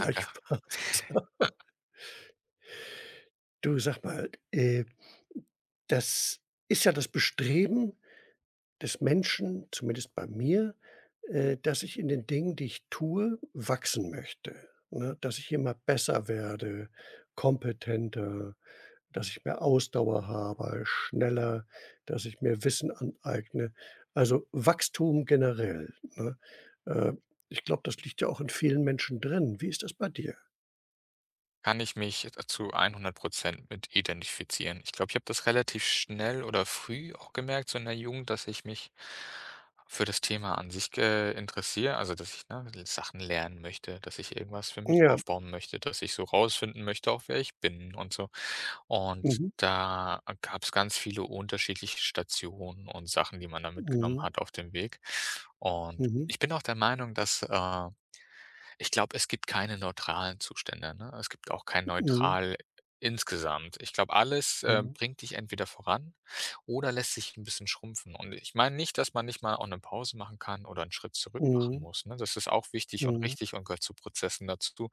Danke. Gleich Du, sag mal, das ist ja das Bestreben des Menschen, zumindest bei mir, dass ich in den Dingen, die ich tue, wachsen möchte, ne? Dass ich immer besser werde, kompetenter, dass ich mehr Ausdauer habe, schneller, dass ich mir Wissen aneigne. Also, Wachstum generell, ne? Äh, Ich glaube, das liegt ja auch in vielen Menschen drin. Wie ist das bei dir? Kann ich mich zu 100% mit identifizieren. Ich glaube, ich habe das relativ schnell oder früh auch gemerkt, so in der Jugend, dass ich mich für das Thema an sich, interessiere, also, dass ich, ne, Sachen lernen möchte, dass ich irgendwas für mich Ja. aufbauen möchte, dass ich so rausfinden möchte, auch wer ich bin und so. Und Mhm. da gab es ganz viele unterschiedliche Stationen und Sachen, die man da mitgenommen Mhm. hat auf dem Weg. Und Mhm. ich bin auch der Meinung. Ich glaube, es gibt keine neutralen Zustände, ne? Es gibt auch kein Mhm. Neutral insgesamt. Ich glaube, alles, Mhm. bringt dich entweder voran oder lässt sich 'n bisschen schrumpfen. Und ich meine nicht, dass man nicht mal auch 'ne Pause machen kann oder 'n Schritt zurück machen Mhm. muss, ne? Das ist auch wichtig und Mhm. richtig und gehört zu Prozessen dazu.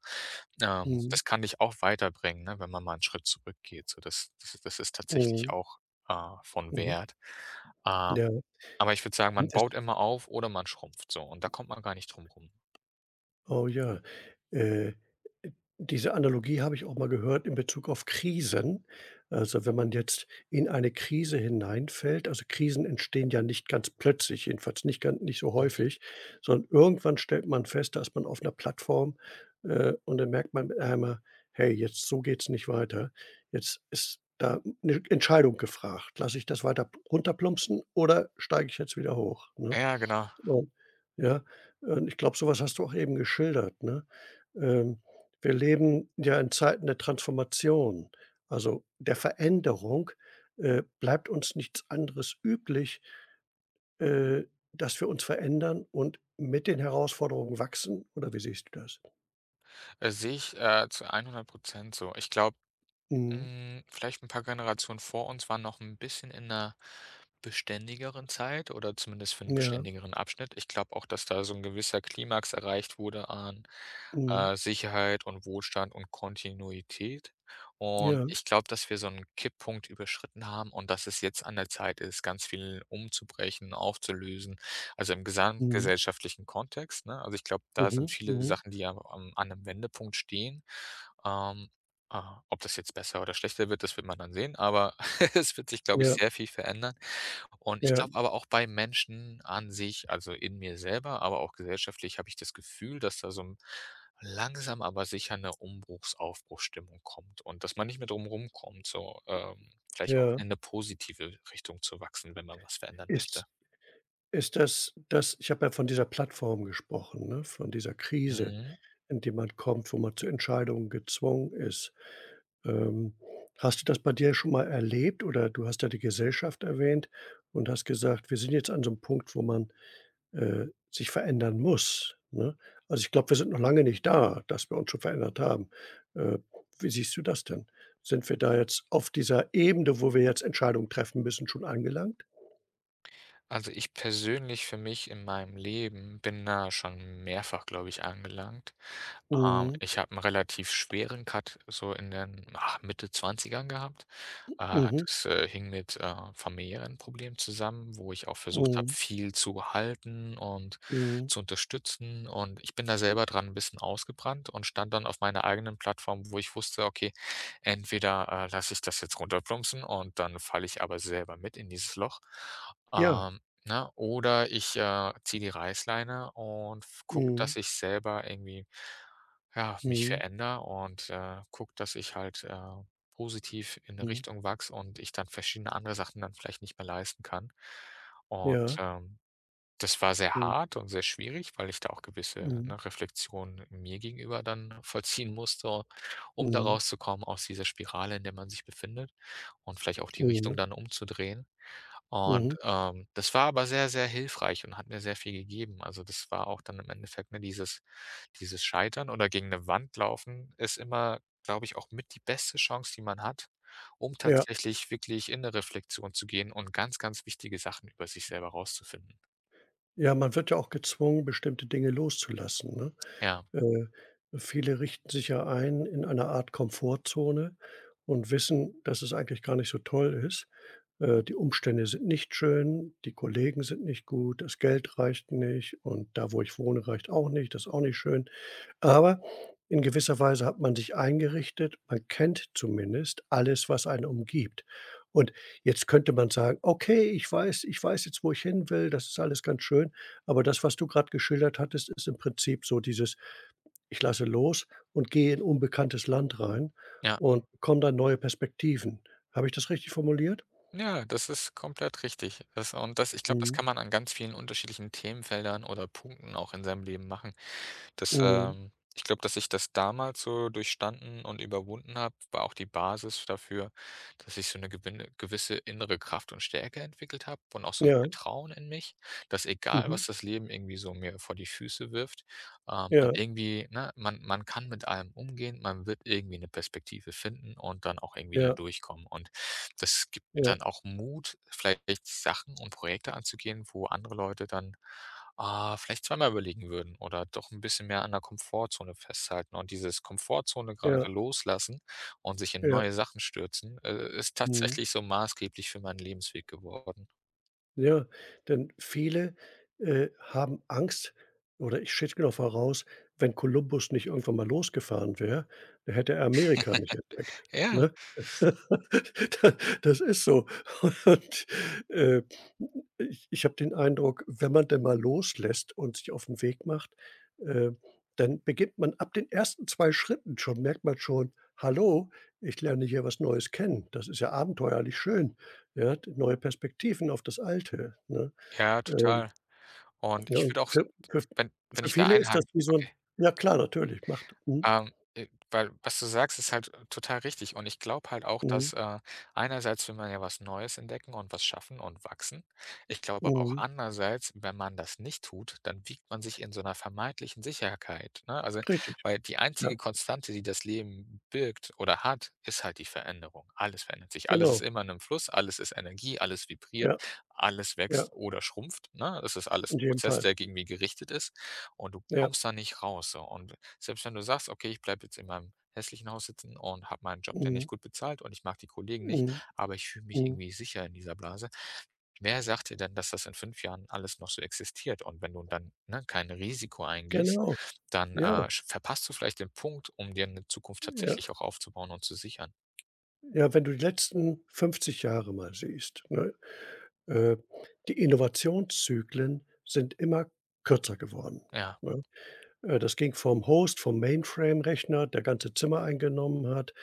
Mhm. Das kann dich auch weiterbringen, ne, wenn man mal 'n Schritt zurückgeht. So, das ist tatsächlich Mhm. auch, von Mhm. Wert. Ähm, Ja. aber ich würde sagen, Mhm. man das baut immer auf oder man schrumpft so und da kommt man gar nicht drum rum. Oh ja, äh, diese Analogie habe ich auch mal gehört in Bezug auf Krisen. Also, wenn man jetzt in eine Krise hineinfällt, also, Krisen entstehen ja nicht ganz plötzlich, jedenfalls nicht ganz nicht so Mhm. häufig, sondern irgendwann stellt man fest, dass man auf einer Plattform, und dann merkt man mit einmal: „Hey, jetzt so geht's nicht weiter. Jetzt ist da eine Entscheidung gefragt. Lasse ich das weiter runterplumpsen oder steige ich jetzt wieder hoch“, ne? Ja, genau. Kümmern, ja? Und ich glaube, sowas hast du auch eben geschildert, ne? Ähm, Wir leben ja in Zeiten der Transformation, also der Veränderung, bleibt uns nichts anderes üblich äh, dass wir uns verändern und mit den Herausforderungen wachsen, oder wie siehst du das? Sehe ich, zu 100 so. Ich glaube, Mhm. Vielleicht ein paar Generationen vor uns waren noch ein bisschen in einer beständigeren Zeit oder zumindest für einen Ja, beständigeren Abschnitt. Ich glaube auch, dass da so ein gewisser Klimax erreicht wurde an, mhm. Sicherheit und Wohlstand und Kontinuität. Und Ja, ich glaube, dass wir so einen Kipppunkt überschritten haben und dass es jetzt an der Zeit ist, ganz viel umzubrechen, aufzulösen, also im mhm. gesamtgesellschaftlichen Kontext, ne? Also, ich glaube, da sind Mhm. viele Mhm. Sachen, die am am an einem Wendepunkt stehen. Ähm ob das jetzt besser oder schlechter wird, das wird man dann sehen, aber es wird sich, glaube ich, Ja, sehr viel verändern. Und ich ja, glaube aber auch bei Menschen an sich, also in mir selber, aber auch gesellschaftlich, habe ich das Gefühl, dass da so ein langsam, aber sicher 'ne Umbruchs kommt und dass man nicht mehr drum rumkommt, so, vielleicht auch ja. in eine positive Richtung zu wachsen, wenn man was verändern möchte. Ist ist das das Ich habe ja von dieser Plattform gesprochen, ne, von dieser Krise, Mhm. in die man kommt, wo man zu Entscheidungen gezwungen ist. Ähm, Hast du das bei dir schon mal erlebt oder du hast ja die Gesellschaft erwähnt und hast gesagt, wir sind jetzt an so einem Punkt, wo man, äh, sich verändern muss, ne? Also, ich glaube, wir sind noch lange nicht da, dass wir uns schon verändert haben. Äh, Wie siehst du das denn? Sind wir da jetzt auf dieser Ebene, wo wir jetzt Entscheidungen treffen müssen, schon angelangt? Also, ich persönlich für mich in meinem Leben bin da schon mehrfach, glaube ich, angelangt. Mhm, Ich habe einen relativ schweren Cut so in den, Mitte 20 gehabt. Mhm, Das, hing mit, familiären Problemen zusammen, wo ich auch versucht habe, mhm, viel zu halten und mhm. zu unterstützen. Und ich bin da selber dran ein bisschen ausgebrannt und stand dann auf meiner eigenen Plattform, wo ich wusste: „Okay, entweder, lasse ich das jetzt runterplumpsen und dann falle ich aber selber mit in dieses Loch, Ja, ähm, Ne? Oder ich, ziehe die Reißleine und f gucke, mhm, dass ich selber irgendwie, ja, mich mhm, verändere und, gucke, dass ich halt, positiv in 'ne mhm. Richtung wachse und ich dann verschiedene andere Sachen dann vielleicht nicht mehr leisten kann. Und, Ja, das war sehr mhm, hart und sehr schwierig, weil ich da auch gewisse, mhm, ne, Reflexionen mir gegenüber dann vollziehen musste, um da mhm. rauszukommen aus dieser Spirale, in der man sich befindet und vielleicht auch die Richtung Mhm, dann umzudrehen. Und, mhm. Das war aber sehr, sehr hilfreich und hat mir sehr viel gegeben. Also, das war auch dann im Endeffekt, ne, dieses Scheitern oder gegen eine Wand laufen ist immer, glaube ich, auch mit die beste Chance, die man hat, um Ja, tatsächlich wirklich in 'ne Reflexion zu gehen und ganz, ganz wichtige Sachen über sich selber rauszufinden. ja, man wird ja auch gezwungen, bestimmte Dinge loszulassen, ne? Ja, Äh, Viele richten sich ja ein in einer Art Komfortzone und wissen, dass es eigentlich gar nicht so toll ist. Die Umstände sind nicht schön, die Kollegen sind nicht gut, das Geld reicht nicht und da, wo ich wohne, reicht auch nicht, das ist auch nicht schön. Aber in gewisser Weise hat man sich eingerichtet, man kennt zumindest alles, was einen umgibt. Und jetzt könnte man sagen: „Okay, ich weiß jetzt, wo ich hin will, das ist alles ganz schön.“ Aber das, was du gerade geschildert hattest, ist im Prinzip so dieses: „Ich lasse los und gehe in unbekanntes Land rein ja. und bekomme dann neue Perspektiven.“ Habe ich das richtig formuliert? Ja, das ist komplett richtig. Das und das ich glaube, das Mhm, kann man an ganz vielen unterschiedlichen Themenfeldern oder Punkten auch in seinem Leben machen. Das, mhm, ähm ich glaube, dass ich das damals so durchstanden und überwunden habe, war auch die Basis dafür, dass ich so eine gewinne gewisse innere Kraft und Stärke entwickelt habe und auch so ein ja, Vertrauen in mich, dass egal, mhm, was das Leben irgendwie so mir vor die Füße wirft, man ja, irgendwie ne, man kann mit allem umgehen, man wird irgendwie eine Perspektive finden und dann auch irgendwie da ja, durchkommen. Und das gibt mir ja, dann auch Mut, vielleicht Sachen und Projekte anzugehen, wo andere Leute dann, vielleicht zweimal überlegen würden oder doch ein bisschen mehr an der Komfortzone festhalten. Und dieses Komfortzone ja, gerade loslassen und sich in ja, neue Sachen stürzen, ist mhm. tatsächlich so maßgeblich für meinen Lebensweg geworden. Ja, denn viele haben Angst oder ich schätze genau voraus, wenn Kolumbus nicht irgendwann mal losgefahren wäre, dann hätte er Amerika nicht entdeckt, Ja, ne? Da Das ist so. Und, äh, ich ich habe den Eindruck, wenn man denn mal loslässt und sich auf den Weg macht, äh, dann beginnt man ab den ersten 2 Schritten schon, merkt man schon: „Hallo, ich lerne hier was Neues kennen.“ Das ist ja abenteuerlich schön. Ja, d neue Perspektiven auf das Alte, ne? ja, Ähm, total. Und ja, ich und würde auch für für wenn für ich da viele ist das einhaken wie so 'n okay. ja klar, natürlich, macht mhm, Weil was du sagst, ist halt total richtig. Und ich glaube halt auch, mhm, dass, einerseits will man ja was Neues entdecken und was schaffen und wachsen. Ich glaube aber auch mhm, andererseits, wenn man das nicht tut, dann wiegt man sich in so einer vermeintlichen Sicherheit, ne? Also, richtig, weil die ja, einzige Konstante, die das Leben birgt oder hat, ist halt die Veränderung. Alles verändert sich. Alles ist genau, immer in einem Fluss, alles ist Energie, alles vibriert, ja, alles ja, wächst oder schrumpft, ne? Das ist alles 'n in jedem Prozess, Fall, der irgendwie gerichtet ist und du ja, kommst da nicht raus so. Und selbst wenn du sagst: „Okay, ich bleibe jetzt in meinem hässlichen Haus sitzen und habe meinen Job, der nicht mhm, gut bezahlt und ich mag die Kollegen nicht, mhm, aber ich fühle mich mhm, irgendwie sicher in dieser Blase.“ Wer sagt dir denn, dass das in 5 Jahren alles noch so existiert? Und wenn du dann, ne, kein Risiko eingehst, genau, dann, ja, sch verpasst du vielleicht den Punkt, um dir eine Zukunft ja, tatsächlich auch aufzubauen und zu sichern. ja, wenn du die letzten 50 Jahre mal siehst, ne, äh, die Innovationszyklen sind immer kürzer geworden, Ja, ne? Das ging vom Host, vom Mainframe-Rechner, der ganze Zimmer eingenommen hat,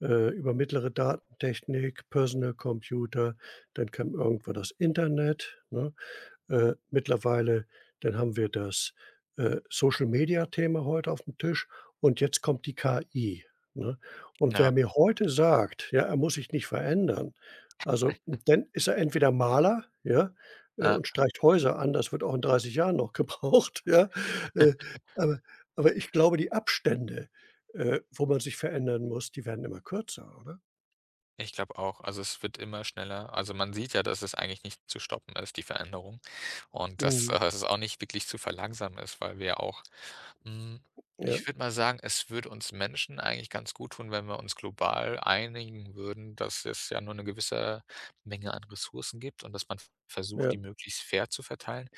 über mittlere Datentechnik, Personal Computer, dann kam irgendwann das Internet, ne? Mittlerweile dann haben wir das Social-Media-Thema heute auf dem Tisch und jetzt kommt die KI, ne? Und ja, wer mir heute sagt, ja, er muss sich nicht verändern, also, dann ist er entweder Maler, ja, äh, ja, und streicht Häuser an, das wird auch in 30 Jahren noch gebraucht, ja. Äh, aber aber ich glaube, die Abstände, wo man sich verändern muss, die werden immer kürzer, oder? ich glaube auch. Also, es wird immer schneller. Also, man sieht ja, dass es eigentlich nicht zu stoppen ist, die Veränderung und dass, Mhm. Es auch nicht wirklich zu verlangsamen ist, weil wir ja auch. Hm, Ja, ich würde mal sagen, es würde uns Menschen eigentlich ganz gut tun, wenn wir uns global einigen würden, dass es ja nur eine gewisse Menge an Ressourcen gibt und dass man versucht, ja. die möglichst fair zu verteilen.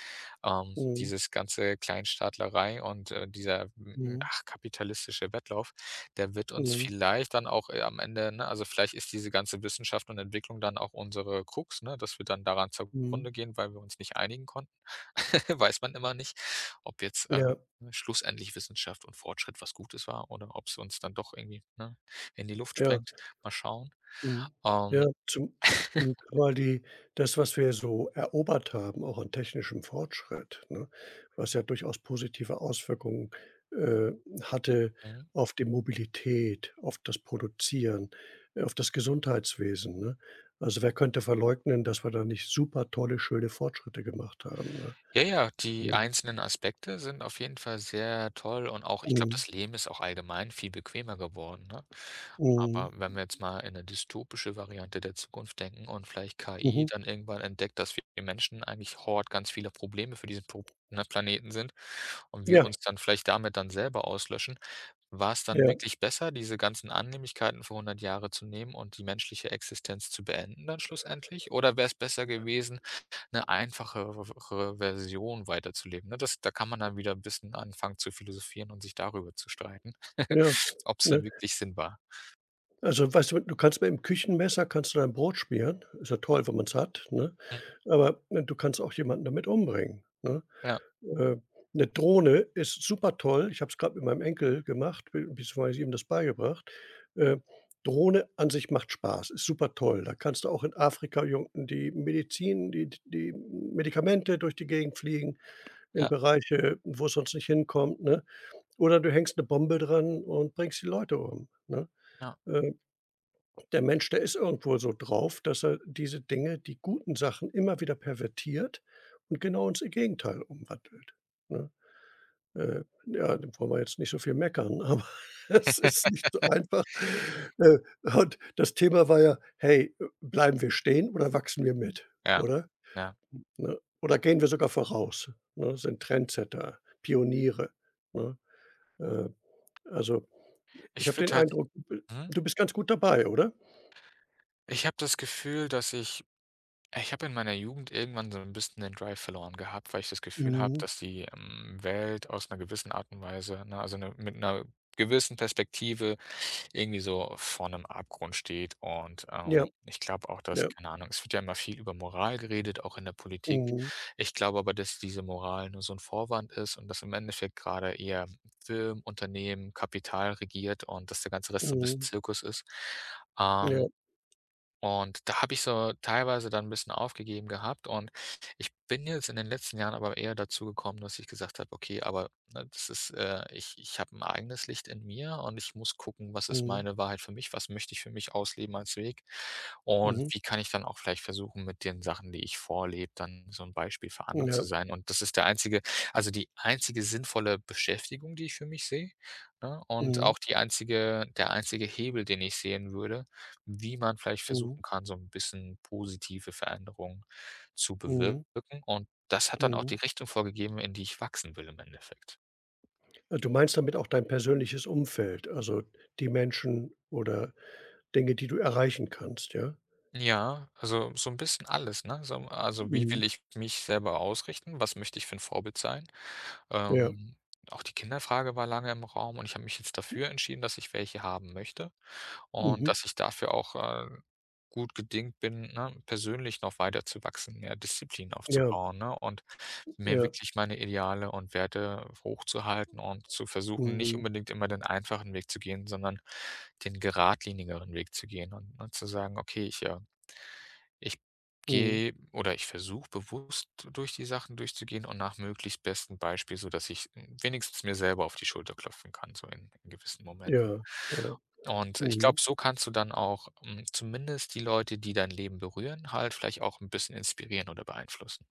Mhm. Dieses ganze Kleinstaatlerei und, dieser, Mhm. Kapitalistische Wettlauf, der wird uns Mhm. vielleicht dann auch, am Ende ne, also vielleicht ist diese ganze Wissenschaft und Entwicklung dann auch unsere Krux, ne, dass wir dann daran Mhm. zugrunde gehen, weil wir uns nicht einigen konnten. Weiß man immer nicht, ob jetzt, Ja, ne, schlussendlich Wissenschaft und Fortschritt was Gutes war oder ob es uns dann doch irgendwie, ne, in die Luft ja. sprengt. Mal schauen. Mhm. Ähm, Ja, zum und aber die das, was wir so erobert haben, auch an technischem Fortschritt, ne, was ja durchaus positive Auswirkungen, äh, hatte mhm. auf die Mobilität, auf das Produzieren, auf das Gesundheitswesen, ne? Also, wer könnte verleugnen, dass wir da nicht super tolle, schöne Fortschritte gemacht haben, ne? Ja, ja, die Mhm. einzelnen Aspekte sind auf jeden Fall sehr toll und auch ich glaube, Mhm. das Leben ist auch allgemein viel bequemer geworden, ne? Mhm. Aber wenn wir jetzt mal in eine dystopische Variante der Zukunft denken und vielleicht KI Mhm. dann irgendwann entdeckt, dass wir Menschen eigentlich Hort ganz vieler Probleme für diesen Pro ne, Planeten sind und wir Ja, uns dann vielleicht damit dann selber auslöschen, war es dann ja, wirklich besser, diese ganzen Annehmlichkeiten für 100 Jahre zu nehmen und die menschliche Existenz zu beenden dann schlussendlich? Oder wäre es besser gewesen, 'Ne einfachere Version weiterzuleben, ne? Das da kann man dann wieder ein bisschen anfangen zu philosophieren und sich darüber zu streiten, ja, ob es ne? denn wirklich Sinn war. Also, weißt du, du kannst mit dem Küchenmesser kannst du dein Brot schmieren. Ist ja toll, wenn man es hat, ne? Mhm. Aber, ne, du kannst auch jemanden damit umbringen, ne? Ja, Ja. 'Ne Drohne ist super toll. Ich habe es grad mit meinem Enkel gemacht, be beziehungsweise ihm das beigebracht. Äh, Drohne an sich macht Spaß, ist super toll. Da kannst du auch in Afrika jung die Medizin die Medikamente durch die Gegend fliegen ja, in Bereiche, wo es sonst nicht hinkommt, ne? Oder du hängst 'ne Bombe dran und bringst die Leute um, ne? ja, Äh der Mensch, der ist irgendwo so drauf, dass er diese Dinge, die guten Sachen immer wieder pervertiert und genau ins Gegenteil umwandelt, ne? Ja, da wollen wir jetzt nicht so viel meckern, aber es ist nicht so einfach. Äh, und das Thema war ja: „Hey, bleiben wir stehen oder wachsen wir mit?“ ja, Oder? ja. Ne? Oder gehen wir sogar voraus, ne? Sind Trendsetter, Pioniere, ne? Äh, also, ich Ich habe den würde halt Eindruck, mhm. du bist ganz gut dabei, oder? Ich habe das Gefühl, dass ich habe in meiner Jugend irgendwann so ein bisschen den Drive verloren gehabt, weil ich das Gefühl habe, Mhm. dass die, Welt aus einer gewissen Art und Weise, ne also 'ne mit einer gewissen Perspektive irgendwie so vor einem Abgrund steht. Und, Ja, ich glaube auch, dass ja. keine Ahnung, es wird ja immer viel über Moral geredet, auch in der Politik. Mhm, Ich glaube aber, dass diese Moral nur so ein Vorwand ist und dass im Endeffekt gerade eher Firmen, Unternehmen, Kapital regiert und dass der ganze Rest so ein bisschen mhm, Zirkus ist. ja, Ähm und da habe ich so teilweise dann ein bisschen aufgegeben gehabt und ich bin jetzt in den letzten Jahren aber eher dazu gekommen, dass ich gesagt habe: „Okay, aber, ne, das ist, ich habe ein eigenes Licht in mir und ich muss gucken, was ist mhm, meine Wahrheit für mich? Was möchte ich für mich ausleben als Weg? Und mhm, wie kann ich dann auch vielleicht versuchen, mit den Sachen, die ich vorlebe, dann so ein Beispiel für andere ja, zu sein?“ Und das ist der einzige also, die einzige sinnvolle Beschäftigung, die ich für mich sehe, ne, und mhm, auch die einzige der einzige Hebel, den ich sehen würde, wie man vielleicht versuchen mhm, kann, so ein bisschen positive Veränderungen zu mhm, bewirken. Und das hat dann auch die mhm. Richtung vorgegeben, in die ich wachsen will im Endeffekt. Du meinst damit auch dein persönliches Umfeld, also die Menschen oder Dinge, die du erreichen kannst, ja? Ja, also, so ein bisschen alles, ne? So also, wie Mhm, will ich mich selber ausrichten? Was möchte ich für ein Vorbild sein? ja, Ähm, auch die Kinderfrage war lange im Raum und ich habe mich jetzt dafür entschieden, dass ich welche haben möchte. Und mhm, dass ich dafür auch, gut gedingt bin, ne, persönlich noch weiter zu wachsen, mehr Disziplin ja, aufzubauen, ne, und mir ja, wirklich meine Ideale und Werte hochzuhalten und zu versuchen, nicht mhm, unbedingt immer den einfachen Weg zu gehen, sondern den geradlinigeren Weg zu gehen und zu sagen: „Okay, ich mhm, gehe oder ich versuche bewusst durch die Sachen durchzugehen und nach möglichst bestem Beispiel, sodass ich wenigstens mir selber auf die Schulter klopfen kann, so in gewissen Momenten. ja, ja, Und ich mhm, glaube, so kannst du dann auch zumindest die Leute, die dein Leben berühren, halt vielleicht auch ein bisschen inspirieren oder beeinflussen.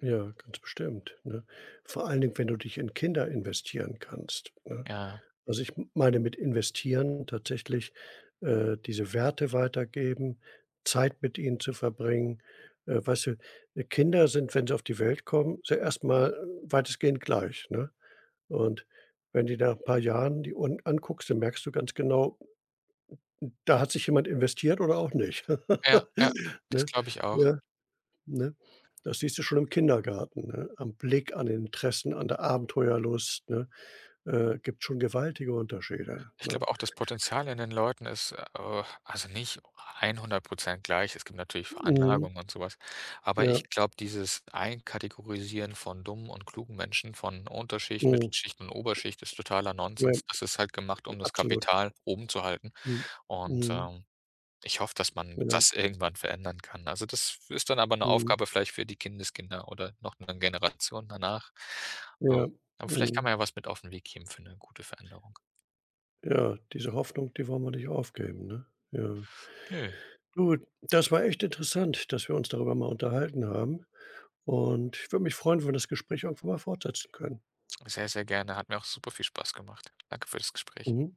ja, ganz bestimmt, ne? Vor allen Dingen, wenn du dich in Kinder investieren kannst, ne? Ja, Also, ich meine mit investieren tatsächlich, diese Werte weitergeben, Zeit mit ihnen zu verbringen. Weißt du, Kinder sind, wenn sie auf die Welt kommen, so erstmal mal weitestgehend gleich, ne? Und wenn die nach ein paar Jahren die un anguckst, dann merkst du ganz genau, da hat sich jemand investiert oder auch nicht. ja, ja, das Ne? glaube ich auch. Ja, ne? Das siehst du schon im Kindergarten, ne? Am Blick, an den Interessen, an der Abenteuerlust, ne? Gibt schon gewaltige Unterschiede, Ich ne? glaube auch, das Potenzial in den Leuten ist, also nicht 100 gleich. Es gibt natürlich Mhm. Veranlagungen und sowas. Aber ich Ja, glaube, dieses Einkategorisieren von dummen und klugen Menschen, von Unterschicht, mhm, Mittelschicht und Oberschicht ist totaler ja, Nonsens. Das ist halt gemacht, um das absolut. Kapital oben zu halten. Mhm, Und, mhm, ich hoffe, dass man ja, das irgendwann verändern kann. Also, das ist dann aber eine mhm, Aufgabe vielleicht für die Kindeskinder oder noch eine Generation danach. Ähm, ja, aber vielleicht kann mhm, man ja was mit auf 'n Weg geben für eine gute Veränderung. ja, diese Hoffnung, die wollen wir nicht aufgeben, ne? Ja. Nö. Du, das war echt interessant, dass wir uns darüber mal unterhalten haben und ich würde mich freuen, wenn wir das Gespräch irgendwann mal fortsetzen können. Sehr, sehr gerne. Hat mir auch super viel Spaß gemacht. Danke für das Gespräch. Mhm. Tschau.